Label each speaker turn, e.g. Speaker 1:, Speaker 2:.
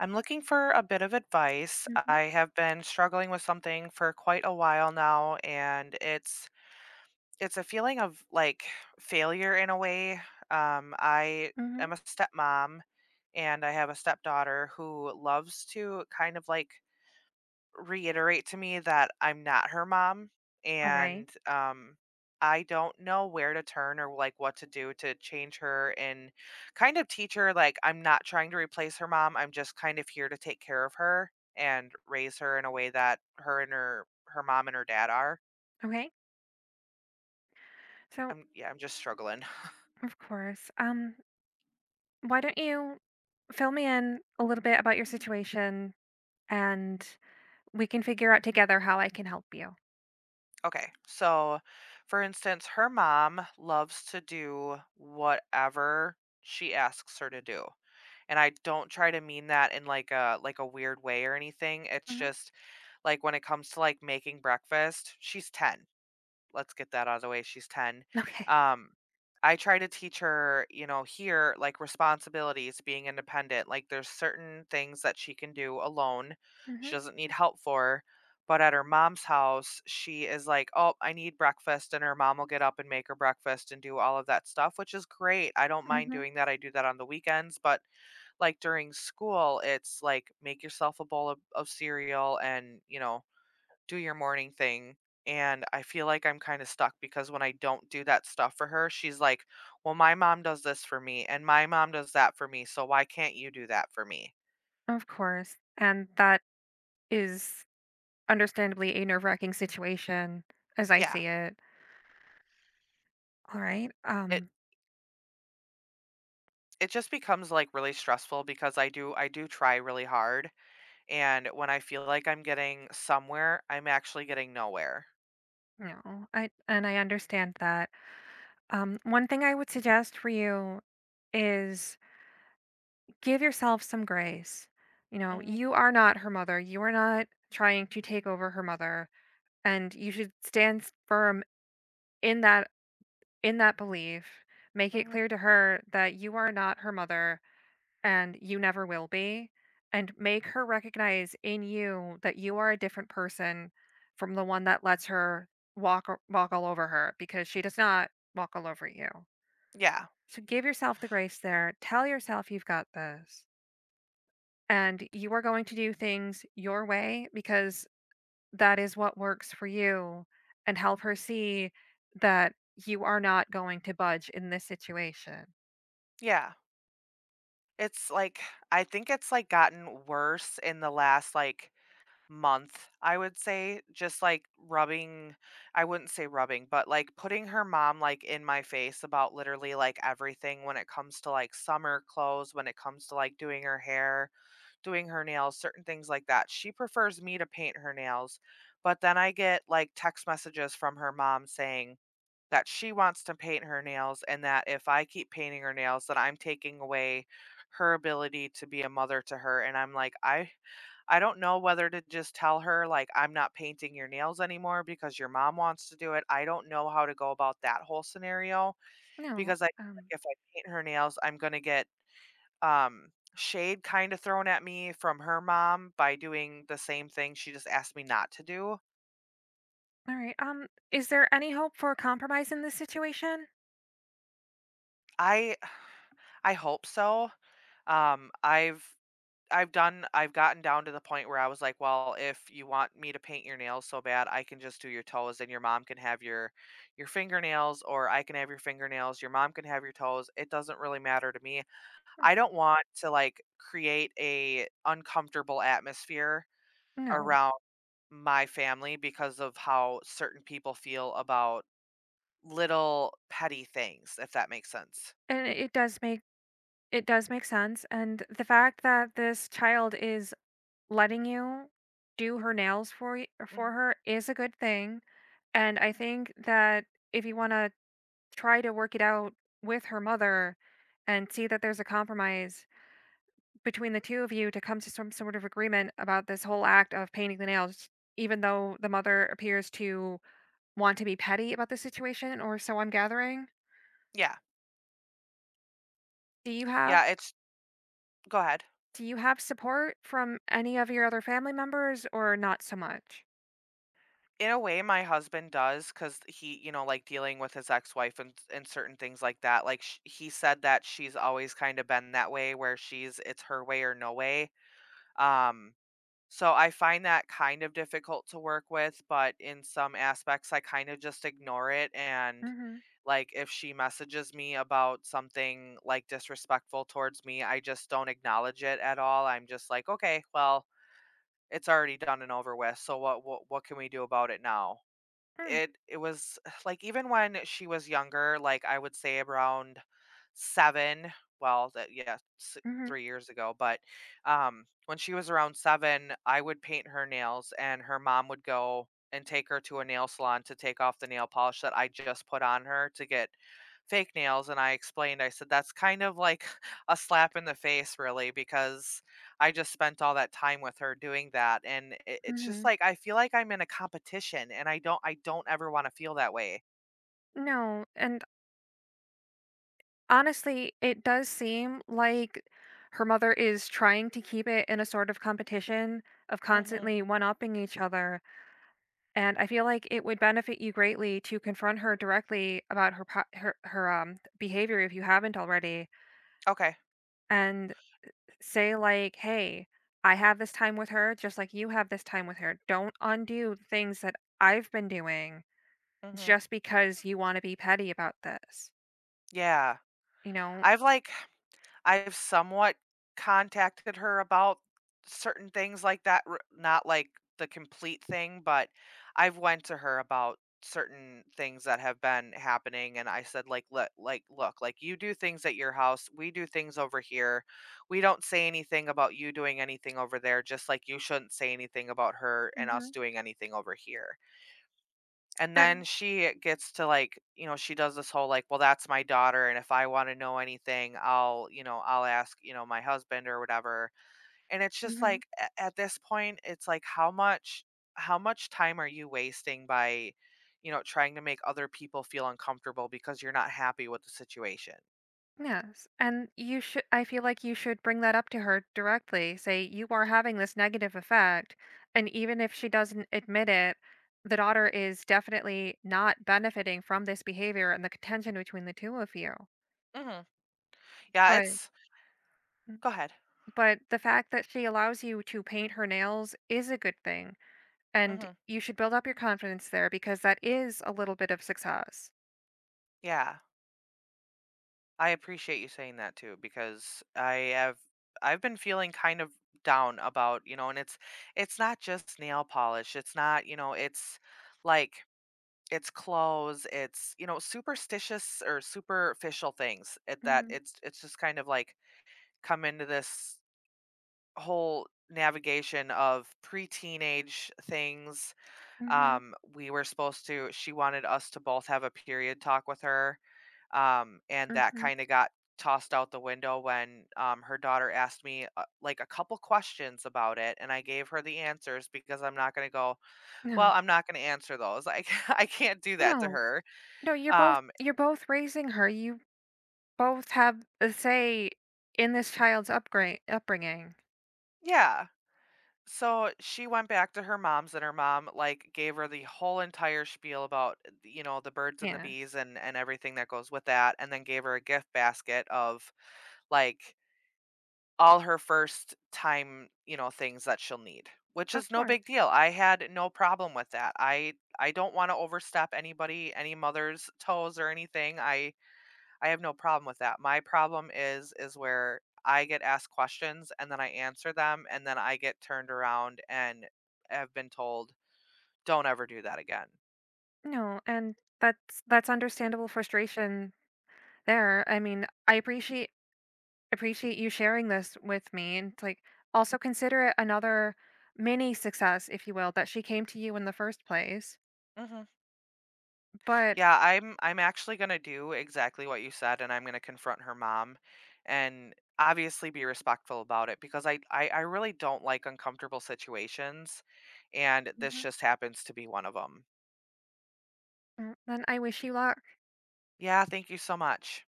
Speaker 1: I'm looking for a bit of advice.
Speaker 2: Mhm,
Speaker 1: I have been struggling with something for quite a while now, and it's a feeling of like failure in a way. I
Speaker 2: mhm.
Speaker 1: am a stepmom, and I have a stepdaughter who loves to kind of like reiterate to me that I'm not her mom
Speaker 2: Alright,
Speaker 1: and I don't know where to turn or like what to do to change her and kind of teach her like I'm not trying to replace her mom. I'm just kind of here to take care of her and raise her in a way that her and her mom and her dad are.
Speaker 2: okay. So,
Speaker 1: I'm just struggling.
Speaker 2: of course, why don't you fill me in a little bit about your situation, and we can figure out together how I can help you.
Speaker 1: Okay. So, for instance, her mom loves to do whatever she asks her to do, and I don't try to mean that in like a weird way or anything. It's
Speaker 2: Mhm.
Speaker 1: just like when it comes to like making breakfast, she's 10. Let's get that out of the way. She's 10.
Speaker 2: Okay.
Speaker 1: Um I try to teach her, you know, here like responsibilities, being independent. Like there's certain things that she can do alone. She
Speaker 2: Mhm,
Speaker 1: doesn't need help for. But at her mom's house, she is like, "Oh, I need breakfast," and her mom will get up and make her breakfast and do all of that stuff, which is great. I don't mind
Speaker 2: mhm.
Speaker 1: doing that. I do that on the weekends, but like, during school, it's like, make yourself a bowl of cereal and, you know, do your morning thing, and I feel like I'm kinda stuck because when I don't do that stuff for her, she's like, "Well, my mom does this for me, and my mom does that for me, so why can't you do that for me?"
Speaker 2: Of course, and that is understandably a nerve-wracking situation as I
Speaker 1: Yeah,
Speaker 2: see it. Alright,
Speaker 1: it just becomes, like, really stressful because I do try really hard, and when I feel like I'm getting somewhere, I'm actually getting nowhere.
Speaker 2: no, I understand that. One thing I would suggest for you is give yourself some grace. You know,
Speaker 1: Mhm,
Speaker 2: you are not her mother. You are not trying to take over her mother, and you should stand firm in that in that belief. Make it
Speaker 1: mhm.
Speaker 2: clear to her that you are not her mother and you never will be, and make her recognize in you that you are a different person from the one that lets her walk walk all over her because she does not walk all over you.
Speaker 1: Yeah,
Speaker 2: So give yourself the grace there. Tell yourself you've got this, and you are going to do things your way because that is what works for you and help her see that you are not going to budge in this situation.
Speaker 1: yeah. It's like I think it's, like, gotten worse in the last, like, month, I would say, just, like, rubbing I wouldn't say rubbing, but, like, putting her mom, like, in my face about literally, like, everything when it comes to, like, summer clothes, when it comes to, like, doing her hair, doing her nails, certain things like that. She prefers me to paint her nails, but then I get, like, text messages from her mom saying that she wants to paint her nails, and that if I keep painting her nails, that I'm taking away her ability to be a mother to her, and I'm like, "I don't know whether to just tell her, like 'I'm not painting your nails anymore because your mom wants to do it.'" I don't know how to go about that whole scenario
Speaker 2: No.
Speaker 1: because I feel
Speaker 2: Um
Speaker 1: like if I paint her nails, I'm gonna get, shade kinda thrown at me from her mom by doing the same thing she just asked me not to do.
Speaker 2: all right. Is there any hope for compromise in this situation?
Speaker 1: I hope so. Um, I've I've done I've gotten down to the point where I was like, "Well, if you want me to paint your nails so bad, I can just do your toes and your mom can have your fingernails, or I can have your fingernails, your mom can have your toes. It doesn't really matter to me." I don't want to like create a uncomfortable atmosphere
Speaker 2: No.
Speaker 1: around my family because of how certain people feel about little petty things, if that makes sense.
Speaker 2: And it does make sense, and the fact that this child is letting you do her nails for for
Speaker 1: Mhm.
Speaker 2: her is a good thing, and I think that if you want to try to work it out with her mother and see that there's a compromise between the two of you to come to some sort of agreement about this whole act of painting the nails, even though the mother appears to want to be petty about the situation, or so I'm gathering.
Speaker 1: Yeah.
Speaker 2: Do you have
Speaker 1: Yeah, it's Go ahead.
Speaker 2: support from any of your other family members or not so much?
Speaker 1: In a way, my husband does, cause like, dealing with his ex-wife and certain things like that, like, sh he said that she's always kinda been that way where she's it's her way or no way, um, so I find that kind of difficult to work with, but in some aspects, I kinda just ignore it, and,
Speaker 2: Mm-hmm.
Speaker 1: like, if she messages me about something, like, disrespectful towards me, I just don't acknowledge it at all. I'm just like, "Okay, well, it's already done and over with, so what can we do about it now?" It was like, even when she was younger, like, I would say around 7, well, that yeah, s
Speaker 2: Mm-hmm.
Speaker 1: 3 years ago, but, when she was around 7, I would paint her nails, and her mom would go and take her to a nail salon to take off the nail polish that I just put on her to get fake nails, and I explained, I said, "That's kind of like a slap in the face, really, because I just spent all that time with her doing that, and it's just
Speaker 2: Mm-hmm.
Speaker 1: like, I feel like I'm in a competition, and I don't ever wanna feel that way."
Speaker 2: No, and honestly, it does seem like her mother is trying to keep it in a sort of competition of
Speaker 1: Mhm.
Speaker 2: constantly one-upping each other, and I feel like it would benefit you greatly to confront her directly about her behavior if you haven't already,
Speaker 1: Okay.
Speaker 2: and say, like, "Hey, I have this time with her just like you have this time with her. Don't undo the things that I've been doing
Speaker 1: Mhm.
Speaker 2: just because you wanna be petty about this,"
Speaker 1: Yeah.
Speaker 2: you know?
Speaker 1: I've, like I've somewhat contacted her about certain things like that, r not like the complete thing, but I've went to her about certain things that have been happening, and I said, like, "Look, you do things at your house, we do things over here. We don't say anything about you doing anything over there, just like you shouldn't say anything about her and us
Speaker 2: Mhm.
Speaker 1: doing anything over here." And then
Speaker 2: And
Speaker 1: she gets to, like, you know, she does this whole, like, "Well, that's my daughter, and if I wanna know anything, I'll I'll ask, you know, my husband or whatever." And it's just
Speaker 2: mhm.
Speaker 1: like, a at this point, it's like, how much time are you wasting by, you know, trying to make other people feel uncomfortable because you're not happy with the situation?
Speaker 2: Yes. And you should, I feel like you should bring that up to her directly. Say, you are having this negative effect. And even if she doesn't admit it, the daughter is definitely not benefiting from this behavior and the contention between the two of you.
Speaker 1: Mhm. Yeah,
Speaker 2: But,
Speaker 1: it's Go ahead.
Speaker 2: but the fact that she allows you to paint her nails is a good thing. And
Speaker 1: Mhm.
Speaker 2: you should build up your confidence there because that is a little bit of success.
Speaker 1: Yeah. I appreciate you saying that too because I've been feeling kind of down about, you know, and it's not just nail polish. It's not, you know, it's like it's clothes, it's, you know, superstitious or superficial things at that.
Speaker 2: Mhm,
Speaker 1: It's just kind of like come into this whole navigation of pre-teenage things.
Speaker 2: mhm,
Speaker 1: We were supposed to she wanted us to both have a period talk with her, and that
Speaker 2: mhm.
Speaker 1: kind of got tossed out the window when, her daughter asked me, like, a couple questions about it, and I gave her the answers, because
Speaker 2: No,
Speaker 1: I'm not going to answer those, like, I can't do that to
Speaker 2: no,
Speaker 1: her.
Speaker 2: no. You're both
Speaker 1: um,
Speaker 2: raising her. You both have a say in this child's upgrade upbringing.
Speaker 1: yeah so she went back to her mom's, and her mom like gave her the whole entire spiel about, you know, the birds and the
Speaker 2: Yes,
Speaker 1: bees and everything that goes with that, and then gave her a gift basket of like all her first time, you know, things that she'll need, which
Speaker 2: of
Speaker 1: is no
Speaker 2: course.
Speaker 1: big deal. I had no problem with that. I don't want to overstep anybody, any mother's toes or anything. I have no problem with that. My problem is where I get asked questions and then I answer them and then I get turned around and have been told, "Don't ever do that again."
Speaker 2: No, and that's understandable frustration there. I mean, I appreciate you sharing this with me, and it's like also consider it another mini success, if you will, that she came to you in the first place.
Speaker 1: Mhm.
Speaker 2: But
Speaker 1: Yeah, I'm actually gonna do exactly what you said, and I'm gonna confront her mom and obviously be respectful about it because I really don't like uncomfortable situations, and this
Speaker 2: mhm.
Speaker 1: just happens to be one of them.
Speaker 2: Mm, then I wish you luck.
Speaker 1: Yeah, thank you so much.